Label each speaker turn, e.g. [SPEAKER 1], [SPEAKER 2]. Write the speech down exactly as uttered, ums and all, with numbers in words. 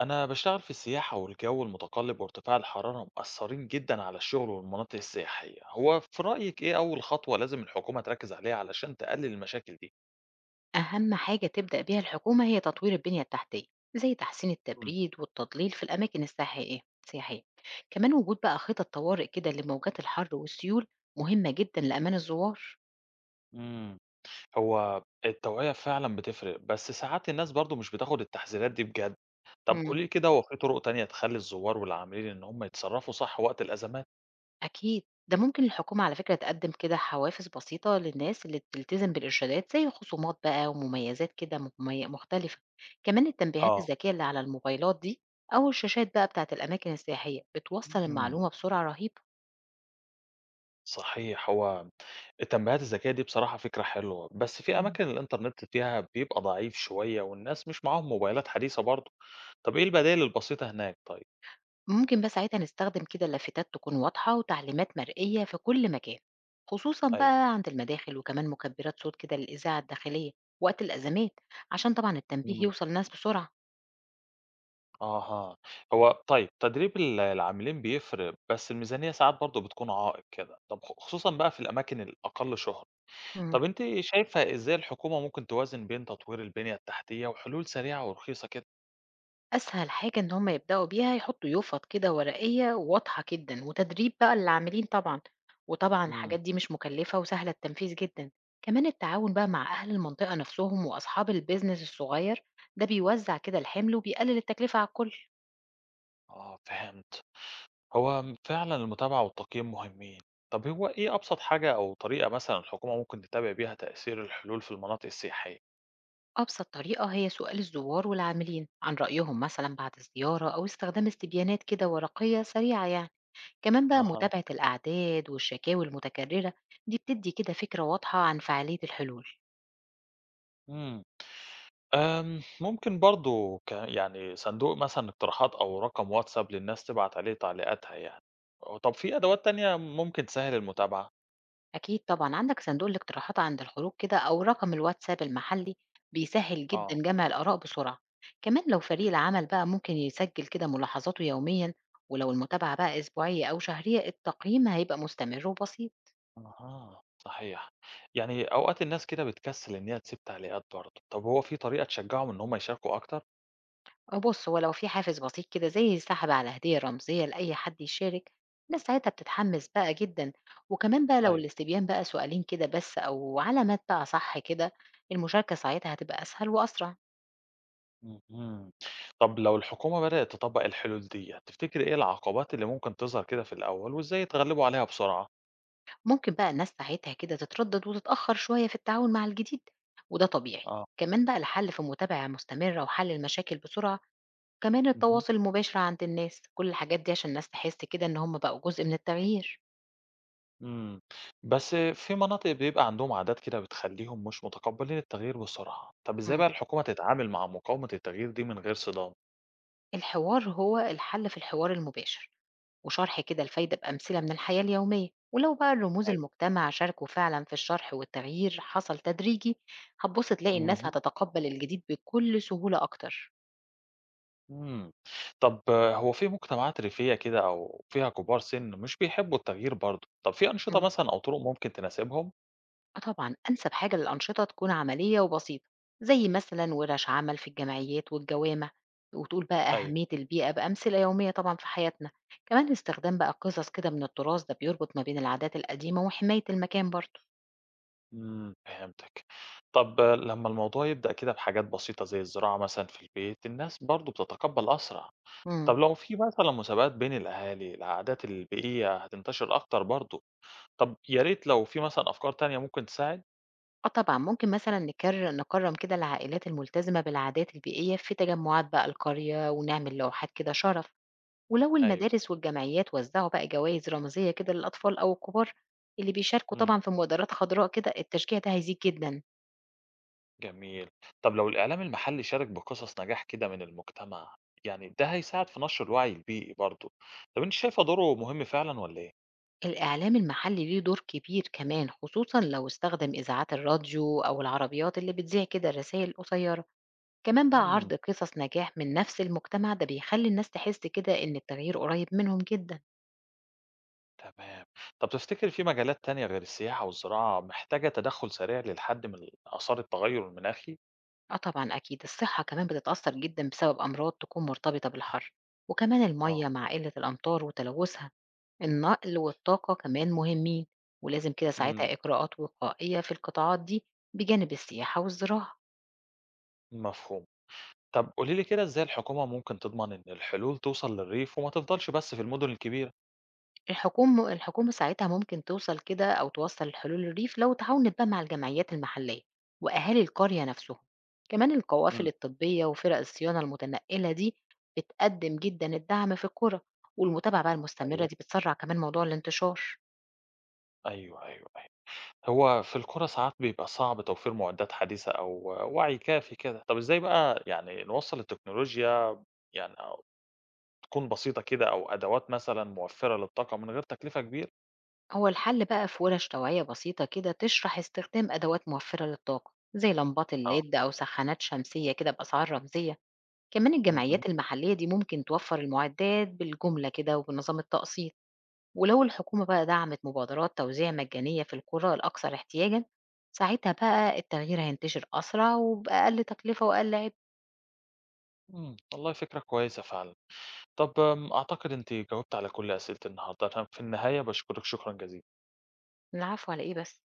[SPEAKER 1] أنا بشتغل في السياحة والجو المتقلب وارتفاع الحرارة مأثرين جدا على الشغل والمناطق السياحية، هو في رأيك إيه أول خطوة لازم الحكومة تركز عليها علشان تقلل المشاكل دي؟
[SPEAKER 2] أهم حاجة تبدأ بيها الحكومة هي تطوير البنية التحتية، زي تحسين
[SPEAKER 1] مم.
[SPEAKER 2] التبريد والتضليل في الأماكن السياحية سياحية كمان وجود بقى خطط طوارئ كده لموجات الحر والسيول، مهمة جدا لأمان الزوار.
[SPEAKER 1] مم. هو التوعية فعلا بتفرق بس ساعات الناس برضو مش بتاخد التحذيرات دي بجد، طب
[SPEAKER 2] مم.
[SPEAKER 1] قولي كده هو في طرق تانية تخلي الزوار والعاملين إن هم يتصرفوا صح وقت الأزمات؟
[SPEAKER 2] أكيد ده ممكن الحكومة على فكرة تقدم كده حوافز بسيطة للناس اللي بتلتزم بالإرشادات، زي خصومات بقى ومميزات كده ممي- مختلفة. كمان التنبيهات
[SPEAKER 1] اه
[SPEAKER 2] الذكية اللي على الموبايلات دي أو الشاشات بقى بتاعت الأماكن السياحية بتوصل
[SPEAKER 1] مم.
[SPEAKER 2] المعلومة بسرعة رهيبة.
[SPEAKER 1] صحيح هو التنبيهات الذكية دي بصراحة فكرة حلوة، بس في أماكن الإنترنت فيها بيبقى ضعيف شوية والناس مش معاهم موبايلات حديثة برضه، طب إيه البدائل البسيطة هناك طيب؟
[SPEAKER 2] ممكن بقى ساعتها نستخدم كده لافتات تكون واضحة وتعليمات مرئية في كل مكان، خصوصا
[SPEAKER 1] أيوه.
[SPEAKER 2] بقى عند المداخل، وكمان مكبرات صوت كده للإذاعة الداخلية وقت الأزمات، عشان طبعا التنبيه
[SPEAKER 1] إمم.
[SPEAKER 2] يوصل للناس بسرعة.
[SPEAKER 1] أها، هو طيب تدريب ال العاملين بيفرق، بس الميزانية ساعات برضه بتكون عائق كده، طب خ خصوصًا بقى في الأماكن الأقل شهرة،
[SPEAKER 2] مم.
[SPEAKER 1] طب أنتِ شايفة إزاي الحكومة ممكن توازن بين تطوير البنية التحتية وحلول سريعة ورخيصة كده؟
[SPEAKER 2] أسهل حاجة إن هم يبدأوا بيها يحطوا يوفط كده ورقية واضحة جدا وتدريب بقى للعاملين طبعا، وطبعا
[SPEAKER 1] إمم،
[SPEAKER 2] الحاجات دي مش مكلفة وسهلة التنفيذ جدا. كمان التعاون بقى مع أهل المنطقة نفسهم وأصحاب البيزنس الصغير، ده بيوزع كده الحمل وبيقلل التكلفة على الكل.
[SPEAKER 1] آه فهمت. هو م- فعلا المتابعة والتقييم مهمين طب هو إيه أبسط حاجة أو طريقة مثلا الحكومة ممكن تتابع بيها تأثير الحلول في المناطق السياحية؟
[SPEAKER 2] أبسط طريقة هي سؤال الزوار والعاملين عن رأيهم مثلا بعد الزيارة، أو استخدام استبيانات كده ورقية سريعة يعني. كمان بقى
[SPEAKER 1] أها
[SPEAKER 2] متابعة الأعداد والشكاوي المتكررة، دي بتدي كده فكرة واضحة عن فعالية الحلول.
[SPEAKER 1] مم. أم ممكن برضو ك... يعني صندوق مثلا اقتراحات أو رقم واتساب للناس تبعت عليه تعليقاتها يعني أو طب في أدوات تانية ممكن تسهل المتابعة؟
[SPEAKER 2] أكيد طبعا عندك صندوق الاقتراحات عند الخروج كده أو رقم الواتساب المحلي، بيسهل
[SPEAKER 1] آه
[SPEAKER 2] جدا جمع الآراء بسرعة. كمان لو فريق العمل بقى ممكن يسجل كده ملاحظاته يوميا، ولو المتابعة بقى أسبوعية أو شهرية، التقييم هيبقى مستمر وبسيط.
[SPEAKER 1] أها صحيح يعني أوقات الناس كده بتكسل إن هي تسيب تعليقات برضو طب هو في طريقة تشجعهم إن هم يشاركوا أكتر؟
[SPEAKER 2] آه بُص، هو لو في حافز بسيط كده زي السحب على هدية رمزية لأي حد يشارك، الناس ساعتها بتتحمس بقى جدًا، وكمان بقى لو
[SPEAKER 1] أيوه
[SPEAKER 2] الاستبيان بقى سؤالين كده بس أو علامات بقى صح كده، المشاركة ساعتها هتبقى أسهل وأسرع.
[SPEAKER 1] اهم. طب لو الحكومة بدأت تطبّق الحلول ديّة، تفتكري إيه العقبات اللي ممكن تظهر كده في الأول وإزاي يتغلبوا عليها بسرعة؟
[SPEAKER 2] ممكن بقى الناس ساعتها كده تتردد وتتأخر شوية في التعاون مع الجديد، وده طبيعي.
[SPEAKER 1] آه.
[SPEAKER 2] كمان بقى الحل في متابعة مستمرة وحل المشاكل بسرعة، كمان
[SPEAKER 1] اهم.
[SPEAKER 2] التواصل المباشر عند الناس، كل الحاجات دي عشان الناس تحس كده إن هم بقوا جزء من التغيير.
[SPEAKER 1] إمم. بس في مناطق بيبقى عندهم عادات كده بتخلّيهم مش متقبّلين التغيير بسرعة، طب إزاي
[SPEAKER 2] إمم.
[SPEAKER 1] بقى الحكومة تتعامل مع مقاومة التغيير دي من غير صدام؟
[SPEAKER 2] الحوار هو الحل، في الحوار المباشر وشرح كده الفايدة بأمثلة من الحياة اليومية، ولو بقى الرموز
[SPEAKER 1] أيوه.
[SPEAKER 2] المجتمع شاركوا فعلا في الشرح والتغيير حصل تدريجي، هتبص تلاقي الناس
[SPEAKER 1] اهم.
[SPEAKER 2] هتتقبل الجديد بكل سهولة أكتر.
[SPEAKER 1] إمم. طب آه، هو في مجتمعات ريفية كده أو فيها كبار سِن مش بيحبّوا التغيير برضه، طب في أنشطة
[SPEAKER 2] مم.
[SPEAKER 1] مثلًا أو طُرق ممكن تناسبهم؟
[SPEAKER 2] آه طبعا أنسب حاجة للأنشطة تكون عملية وبسيطة، زي مثلا ورش عمل في الجمعيات والجوامع، وتقول بقى
[SPEAKER 1] أيوه.
[SPEAKER 2] أهمية البيئة بأمثلة يومية طبعا في حياتنا. كمان استخدام بقى قصص كده من التراث، ده بيربط ما بين العادات القديمة وحماية المكان برضه.
[SPEAKER 1] إمم، فهمتِك. طَب آه، لمّا الموضوع يبدأ كده بحاجات بسيطة زي الزراعة مثلًا في البيت، الناس برضه بتتقبّل أسرع.
[SPEAKER 2] مم.
[SPEAKER 1] طَب لو في مثلًا مسابقات بين الأهالي، العادات البيئية هتنتشر أكتر برضه. طَب يا ريت لو في مثلًا أفكار تانية ممكن تساعد؟
[SPEAKER 2] آه طبعًا، ممكن مثلًا نكر نكرّم كده العائلات الملتزمة بالعادات البيئية في تجمعات بقى القرية، ونعمل لوحات كده شرف، ولو
[SPEAKER 1] أيوه،
[SPEAKER 2] المدارس والجمعيات وزّعوا بقى جوايز رمزية كده للأطفال أو الكبار اللي بيشاركوا
[SPEAKER 1] إمم،
[SPEAKER 2] طبعًا في مبادرات خضراء كده، التشجيع ده هيزيد جدًا.
[SPEAKER 1] جميل. طَب لو الإعلام المحلي شارك بقصص نجاح كده من المجتمع، يعني ده هيساعد في نشر الوعي البيئي برضه. طَب أنتِ شايفة دوره مهم فعلًا والّا إيه؟
[SPEAKER 2] الإعلام المحلي ليه دور كبير كمان، خصوصًا لو استخدم إذاعات الراديو أو العربيات اللي بتذيع كده الرسايل القصيرة. كمان بقى
[SPEAKER 1] إمم.
[SPEAKER 2] عرض قصص نجاح من نفس المجتمع، ده بيخلّي الناس تحس كده إن التغيير قريب منهم جدًا.
[SPEAKER 1] تمام. طب تفتكر في مجالات تانية غير السياحة والزراعة محتاجة تدخُّل سريع للحد من آثار التغيُّر المناخي؟
[SPEAKER 2] آه طبعًا أكيد، الصحة كمان بتتأثّر جدًا بسبب أمراض تكون مرتبطة بالحَر، وكمان
[SPEAKER 1] آه.
[SPEAKER 2] المَيّة مع قِلّة الأمطار وتلوثها، النقل والطاقة كمان مهمين، ولازم كده
[SPEAKER 1] امم.
[SPEAKER 2] ساعتها إجراءات وقائية في القطاعات دي بجانب السياحة والزراعة.
[SPEAKER 1] مفهوم. طب قولي لي كده إزاي الحكومة ممكن تضمن إن الحلول توصل للريف وما تفضلش بس في المدن الكبيرة؟
[SPEAKER 2] الحكوم الحكومة ساعتها ممكن توصل كده أو توصل لحلول الريف لو تعاونت بقى مع الجمعيات المحلية وأهالي القرية نفسهم. كمان القوافل
[SPEAKER 1] امم.
[SPEAKER 2] الطبية وفرق الصيانة المتنقلة دي بتقدم جدا الدعم في القرى، والمتابعة بقى المستمرة
[SPEAKER 1] أيوه،
[SPEAKER 2] دي بتسرع كمان موضوع الانتشار.
[SPEAKER 1] أيوه، أيوه، أيوه. هو في القرى ساعات بيبقى صعب توفير معدات حديثة أو وعي كافي كده. طب إزاي بقى يعني نوصّل التكنولوجيا يعني أو تكون بسيطة كده أو أدوات مثلًا موفّرة للطاقة من غير تكلفة كبيرة؟
[SPEAKER 2] هو الحل بقى في ورش توعية بسيطة كده تشرح استخدام أدوات موفرة للطاقة زي لمبات
[SPEAKER 1] آه.
[SPEAKER 2] الليد أو سخانات شمسية كده بأسعار رمزية. كمان
[SPEAKER 1] اهم.
[SPEAKER 2] الجمعيات المحلية دي ممكن توفر المعدات بالجملة كده وبنظام التقسيط، ولو الحكومة بقى دعمت مبادرات توزيع مجانية في القرى الأكثر احتياجا، ساعتها بقى التغيير هينتشر أسرع وبأقل تكلفة وأقل عبء.
[SPEAKER 1] إمم، والله فكرة كويسة فعلًا. طب آمم، أعتقد أنتِ جاوبتِ على كل أسئلتي النهارده، أنا في النهاية باشكرِك شكرًا جزيلًا.
[SPEAKER 2] العفو، على إيه بس؟